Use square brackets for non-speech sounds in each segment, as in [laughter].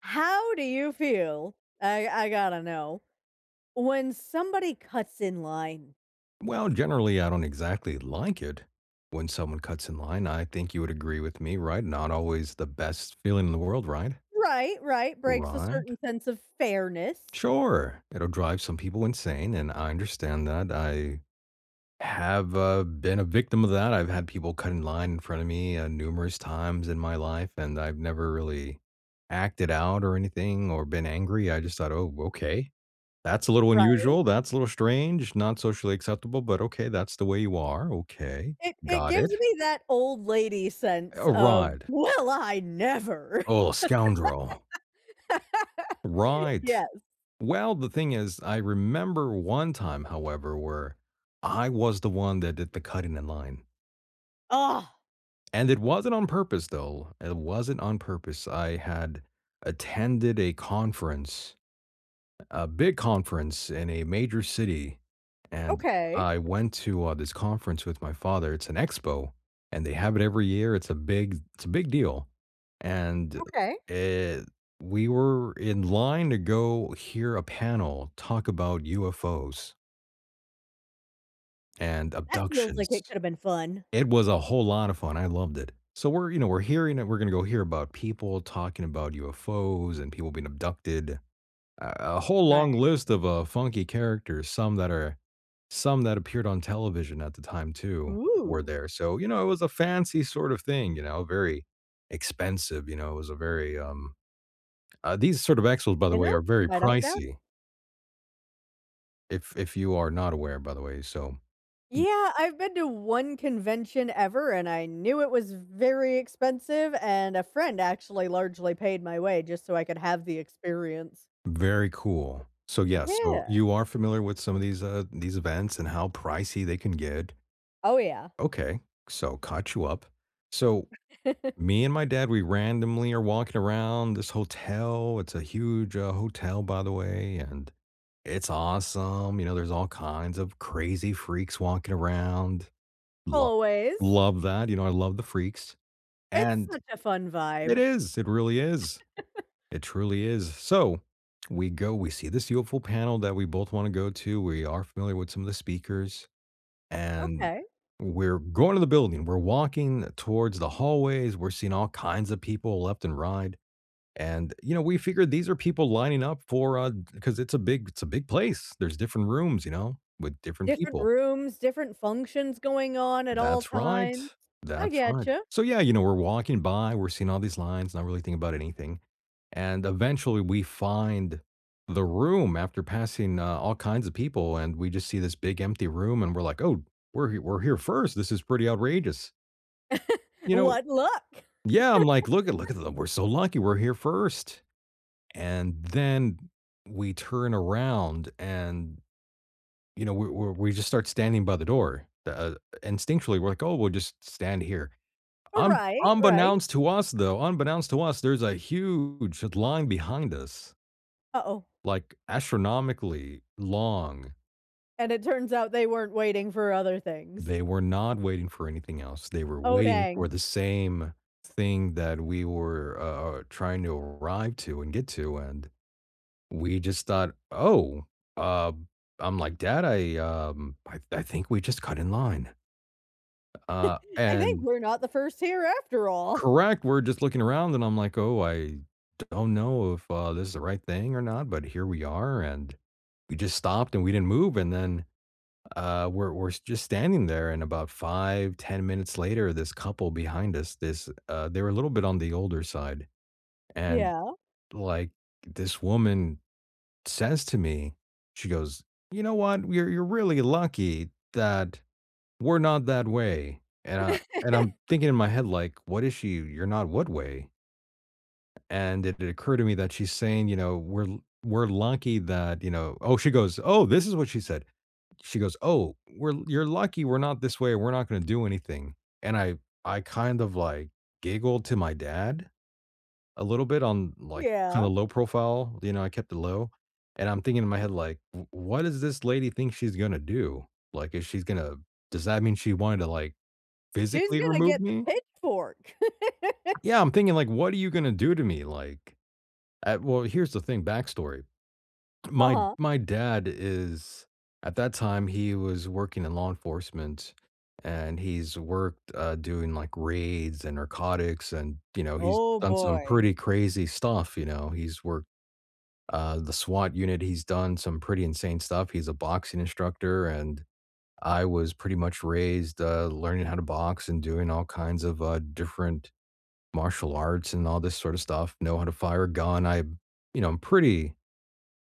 How do you feel? I gotta know. When somebody cuts in line. Well, generally, I don't exactly like it when someone cuts in line. I think you would agree with me, right? Not always the best feeling in the world, right? Right, right, breaks a Right? certain sense of fairness. Sure. It'll drive some people insane, and I understand that. I have been a victim of that. I've had people cut in line in front of me numerous times in my life, and I've never really acted out or anything or been angry. I just thought, oh, okay. That's a little Right. unusual, that's a little strange, not socially acceptable, but okay, that's the way you are, okay, It got gives it. me that old lady sense A of, ride. "Well, I never." [laughs] Oh, scoundrel. Right. Yes. Well, the thing is, I remember one time, however, where I was the one that did the cutting in line, Ah, and it wasn't on purpose, though, it wasn't on purpose. I had attended a conference, a big conference in a major city, and okay, I went to, this conference with my father. It's an expo, and they have it every year. It's a big deal, and okay. it we were in line to go hear a panel talk about UFOs and That feels like it abductions. could've been fun. It was a whole lot of fun. I loved it. So we're, you know, we're hearing it. We're gonna go hear about people talking about UFOs and people being abducted, a whole Right. long list of, funky characters, some that are some that appeared on television at the time too were Ooh. there. So, you know, it was a fancy sort of thing, you know, very expensive, you know, it was these sort of Expos, by the You way, know? are very I don't doubt it. pricey, if you are not aware, by the way, so Yeah, I've been to one convention ever, and I knew it was very expensive, and a friend actually largely paid my way just so I could have the experience. very cool. So, yes, so Yeah. you are familiar with some of these events and how pricey they can get. Oh, yeah. Okay, so caught you up. So [laughs] me and my dad, we randomly are walking around this hotel. It's a huge hotel, by the way, and it's awesome. You know, there's all kinds of crazy freaks walking around. Lo- Always. Love that. You know, I love the freaks. It's And such a fun it vibe. is, it really is. It truly is. So we go, we see this UFO panel that we both want to go to. We are familiar with some of the speakers, and Okay. we're going to the building. We're walking towards the hallways. We're seeing all kinds of people left and right. And you know, we figured these are people lining up for because it's a big place. There's different rooms, you know, with different Different people. rooms, different functions going on at all That's right. times. I That's right. getcha. So, yeah, you know, we're walking by, we're seeing all these lines, not really thinking about anything. And eventually we find the room after passing all kinds of people. And we just see this big empty room and we're like, oh, we're, we're here first. This is pretty outrageous. You know, What luck! yeah, I'm like, look at them. We're so lucky we're here first. And then we turn around and, you know, we just start standing by the door. Instinctually, we're like, oh, we'll just stand here. Un Right, right. Unbeknownst to us, though, unbeknownst to us, there's a huge line behind us, Uh-oh. like, astronomically long. And it turns out they weren't waiting for other things. They were not waiting for anything else. They were Oh, waiting for dang. the same thing that we were, trying to arrive to and get to, and we just thought, "Oh, uh" I'm like, "Dad, I, I think we just cut in line." [laughs] I think and we're not the first here after all. Correct, we're just looking around and I'm like, "Oh, I don't know if, this is the right thing or not, but here we are," and we just stopped and we didn't move, and then, we're just standing there, and about 5, 10 minutes later, this couple behind us, they were a little bit on the older side, and, Yeah, like, this woman says to me, she goes, "You know what? You're really lucky that we're not that way," and I'm thinking in my head, like, "What is she? You're not what way?" And it occurred to me that she's saying, you know, we're we're lucky that, you know, oh, she goes, "Oh, this is what she said." She goes, "Oh, we're you're lucky we're not this way. We're not going to do anything." And I kind of like giggled to my dad a little bit on like kind yeah. of low profile, you know, I kept it low. And I'm thinking in my head like, " What does this lady think she's going to do? Like is she's going to does that mean she wanted to like She's physically gonna remove get the me?" pitchfork. [laughs] Yeah, I'm thinking like, "What are you going to do to me?" Like well, here's the thing, backstory. My Uh-huh. my dad is at that time he was working in law enforcement, and he's worked doing like raids and narcotics, and you know he's Oh done some boy. pretty crazy stuff, you know he's worked the SWAT unit, he's done some pretty insane stuff, he's a boxing instructor. And I was pretty much raised learning how to box and doing all kinds of different martial arts and all this sort of stuff, know how to fire a gun. I, you know, I'm pretty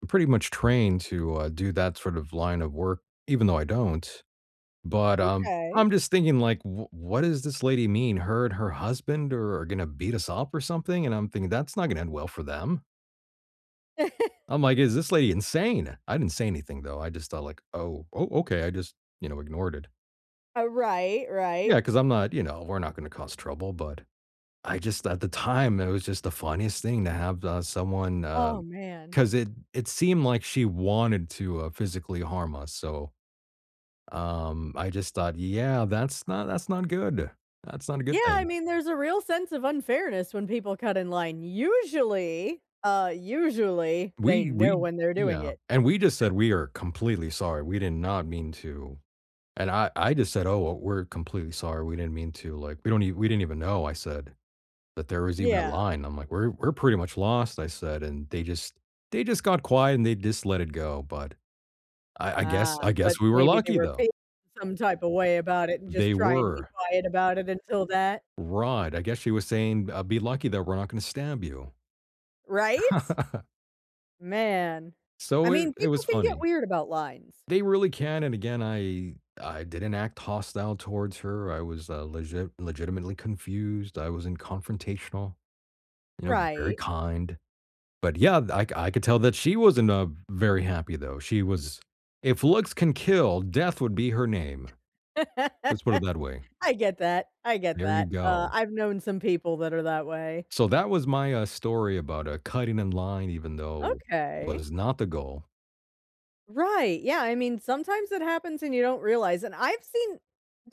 I'm pretty much trained to, do that sort of line of work, even though I don't. But, Okay. I'm just thinking, like, "Wh what does this lady mean? Her and her husband are gonna beat us up or something?" And I'm thinking, "That's not gonna end well for them." [laughs] I'm like, "Is this lady insane?" I didn't say anything, though. I just thought like, "Oh, oh, okay." I just, you know, ignored it. Right, Yeah, right. because 'cause I'm not, you know, we're not gonna cause trouble. But I just at the time, it was just the funniest thing to have, someone, Oh, man. because it seemed like she wanted to, physically harm us, so I just thought, "Yeah, that's not good. That's not a Yeah, good I thing." mean, there's a real sense of unfairness when people cut in line. Usually, usually they know we when they're doing Yeah, it. and we just said, "We are completely sorry. We did not mean to." And I just said, "Oh, well, we're completely sorry. We didn't mean to." Like, "We don't e we didn't even know," I said, "that there was even a Yeah, line." I'm like, "We're pretty much lost," I said, and they just got quiet and they just let it go. But I I guess Uh, I but guess we were maybe they lucky, were though. feeling some type of way about it and just They trying to be were. quiet about it until that Right, I guess she was saying, "Be lucky that we're not gonna stab you." right? [laughs] Man. I So it mean, it people was can get funny. weird about lines. They really can, and again, I didn't act hostile towards her, I was, legitimately confused, I wasn't confrontational, you know, very Right. kind. But yeah, I could tell that she wasn't, very happy though, she was "If looks can kill, death would be her name." Let's put it that way. [laughs] I get that, I get There you that. Go. I've known some people that are that way. So that was my, story about, cutting in line even though Okay. was not the goal. Right, yeah, I mean, sometimes it happens and you don't realize, and I've seen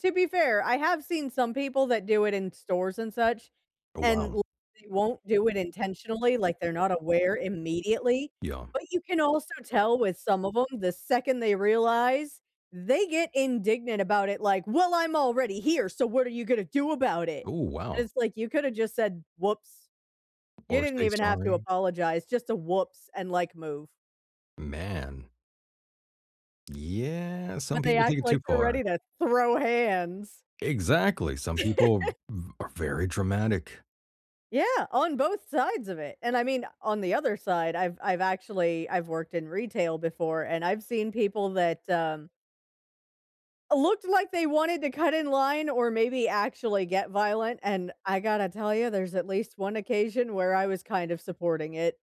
to be fair, I have seen some people that do it in stores and such, Oh, and wow. l they won't do it intentionally, like, they're not aware immediately, Yeah. but you can also tell with some of them the second they realize, they get indignant about it, like, "Well, I'm already here, so what are you gonna do about it?" Oh, And wow. it's like, you coulda just said, "Whoops." You Or didn't say even have to sorry. apologize, just a whoops and, like, move. Man. Yeah, some But they people act take it like too they're far. ready to throw hands. Exactly, some people v are very dramatic. Yeah, on both sides of it, and I mean, on the other side, I've actually I've worked in retail before, and I've seen people that, looked like they wanted to cut in line or maybe actually get violent, and I gotta tell you, there's at least one occasion where I was kind of supporting it.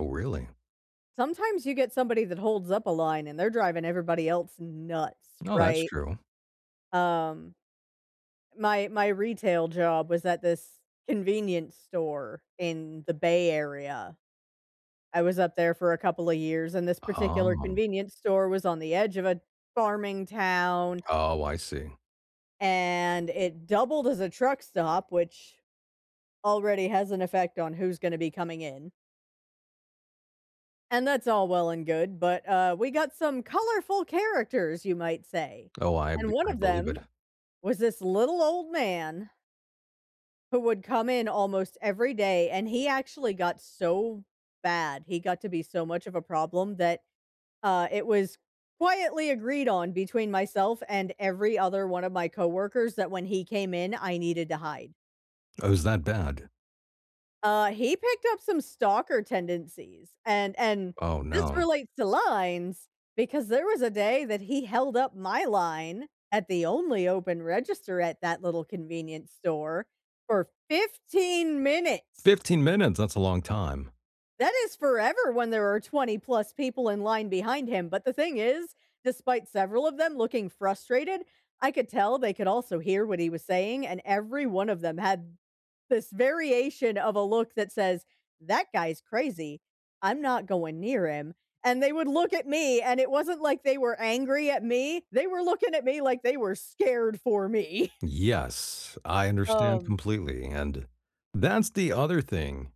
Oh, really? Sometimes you get somebody that holds up a line, and they're driving everybody else nuts, No, that's right? true. Um my retail job was at this convenience store in the Bay Area. I was up there for a couple of years, and this particular Oh. convenience store was on the edge of a farming town, Oh, I see. and it doubled as a truck stop, which already has an effect on who's gonna be coming in. And that's all well and good, but, we got some colorful characters, you might say, Oh, and one I of believe them it. was this little old man who would come in almost every day, and he actually got so bad, he got to be so much of a problem that, it was quietly agreed on between myself and every other one of my coworkers that when he came in, I needed to hide. Oh, is that bad? He picked up some stalker tendencies, and Oh, this no. relates to lines because there was a day that he held up my line at the only open register at that little convenience store for 15 minutes. 15 minutes, that's a long time. That is forever when there are 20 plus people in line behind him. But the thing is, despite several of them looking frustrated, I could tell they could also hear what he was saying. And every one of them had this variation of a look that says, that guy's crazy. I'm not going near him. And they would look at me, and it wasn't like they were angry at me. They were looking at me like they were scared for me. [laughs] Yes, I understand Um, completely, and that's the other thing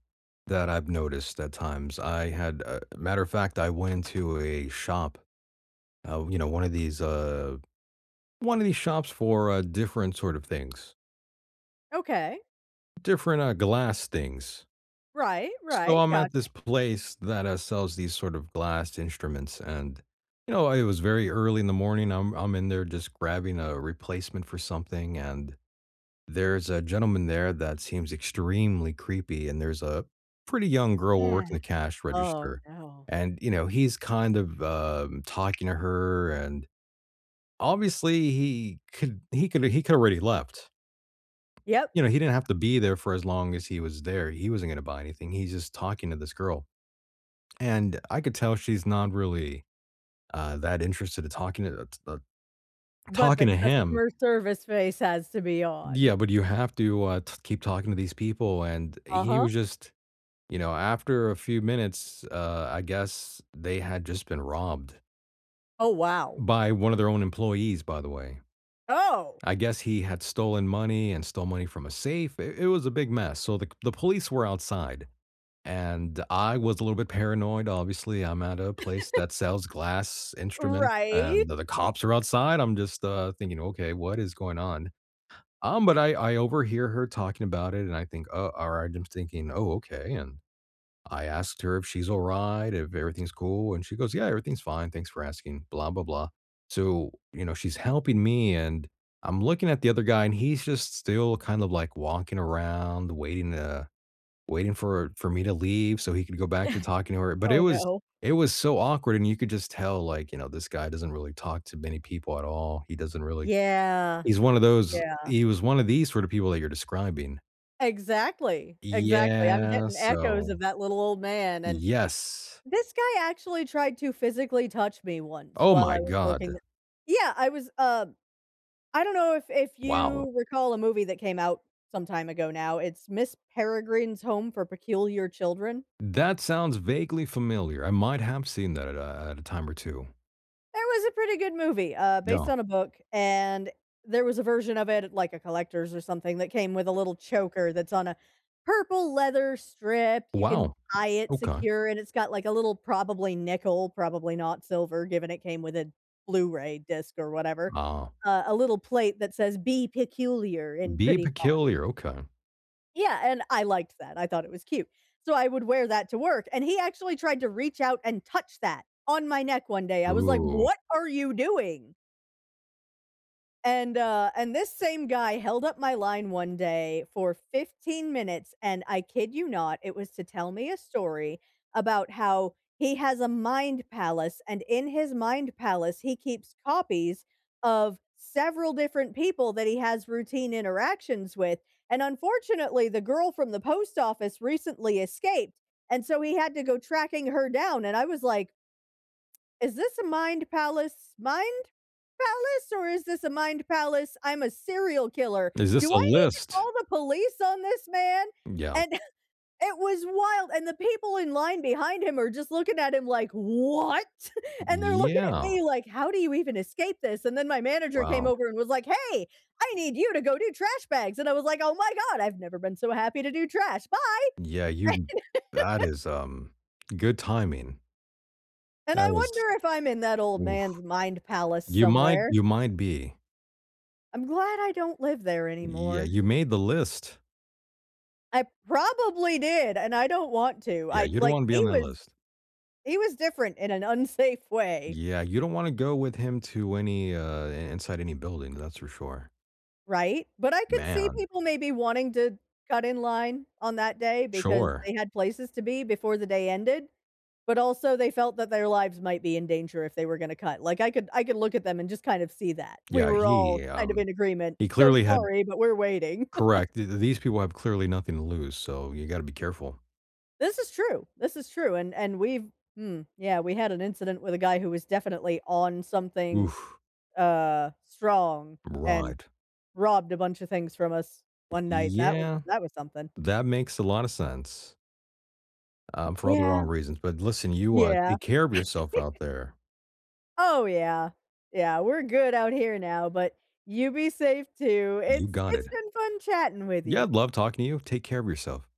that I've noticed at times. I had a Matter of fact, I went into a shop, you know, one of these shops for different sort of things, okay. different glass things. Right, So right. I'm at Gotcha. this place that sells these sort of glass instruments, and you know it was very early in the morning. I'm in there just grabbing a replacement for something, and there's a gentleman there that seems extremely creepy, and there's a pretty young girl Yeah. working the cash Oh, register, no. and you know he's kind of talking to her, and obviously he could already left. Yep. You know, he didn't have to be there for as long as he was there. He wasn't gonna buy anything. He's just talking to this girl, and I could tell she's not really, that interested in talking to But the him. customer service face has to be on. Yeah, but you have to, t keep talking to these people, and he Uh-huh. was just you know, after a few minutes, I guess they had just been robbed Oh, wow. by one of their own employees, by the way. Oh, I guess he had stolen money and stole money from a safe. It was a big mess, so the police were outside. And I was a little bit paranoid, obviously, I'm at a place that sells glass instruments, right? and the cops are outside. I'm just, thinking, "Okay, what is going on?" But I overhear her talking about it, and I think, "Oh, alright." I'm thinking, "Oh, okay," and I asked her if she's alright, if everything's cool, and she goes, "Yeah, everything's fine, thanks for asking, blah, blah, blah." So, you know, she's helping me, and I'm looking at the other guy, and he's just still kind of, like, walking around, waiting for me to leave so he could go back to talking to her, but it Oh, was no. it was so awkward, and you could just tell, like, you know, this guy doesn't really talk to many people at all. He doesn't really Yeah. he's one of those Yeah, he was one of these sort of people that you're describing. exactly, exactly. I'm Yeah, getting echoes so of that little old man, and yes. this guy actually tried to physically touch me once Oh while I my was working th god. Yeah, I was, I don't know if Wow. you recall a movie that came out some time ago now, it's Miss Peregrine's Home for Peculiar Children. That sounds vaguely familiar. I might have seen that at a time or 2. It was a pretty good movie, based Yeah. on a book, and there was a version of it, like a collector's or something, that came with a little choker that's on a purple leather strip. You can Wow. tie it Okay. secure, and it's got like a little probably nickel, probably not silver, given it came with a Blu-ray disc or whatever, Ah, a little plate that says "Be Peculiar" in be pretty font. peculiar, okay. Yeah, and I liked that. I thought it was cute. So I would wear that to work, and he actually tried to reach out and touch that on my neck one day. I was like, Ooh. "What are you doing?" And this same guy held up my line one day for 15 minutes, and I kid you not, it was to tell me a story about how he has a mind palace, and in his mind palace, he keeps copies of several different people that he has routine interactions with, and unfortunately, the girl from the post office recently escaped, and so he had to go tracking her down, and I was like, "Is this a mind palace? Mind palace or is this a mind palace? I'm a serial killer. Is this Do a I need to list? call the police on this man?" Yeah. And [laughs] it was wild. And the people in line behind him are just looking at him like, what? [laughs] And they're looking at Yeah. me like, how do you even escape this? And then my manager came Wow. over and was like, hey, I need you to go do trash bags. And I was like, oh my God, I've never been so happy to do trash. Bye. Yeah, you that is, good timing. And I That was wonder if I'm in that old oof. man's mind palace somewhere. You might be. I'm glad I don't live there Yeah, anymore. you made the list. I probably did, and I don't want to. Yeah, I you don't like, wanna be on that list. he was different in an [laughs] unsafe way, Yeah, you don't wanna go with him inside any building, that's for sure. right? But I could see Man. people maybe wanting to cut in line on that day because Sure. they had places to be before the day ended, but also they felt that their lives might be in danger if they were gonna cut. Like, I could look at them and just kind of see that. We Yeah, were all kind of in agreement. he "So clearly had sorry, but we're waiting." [laughs] correct. Th These people have clearly nothing to lose, so you gotta be careful. This is true. This is true, and we've yeah, we had an incident with a guy who was definitely on something Oof. Strong and Right. robbed a bunch of things from us one night. Yeah, That was something. that makes a lot of sense. For all the Yeah. wrong reasons. But listen, you, Yeah. take care of yourself out there. Oh, yeah. Yeah, we're good out here now, but you be safe too. You It's got it. it's been fun chatting with Yeah, I'd you. love talking to you. Take care of yourself.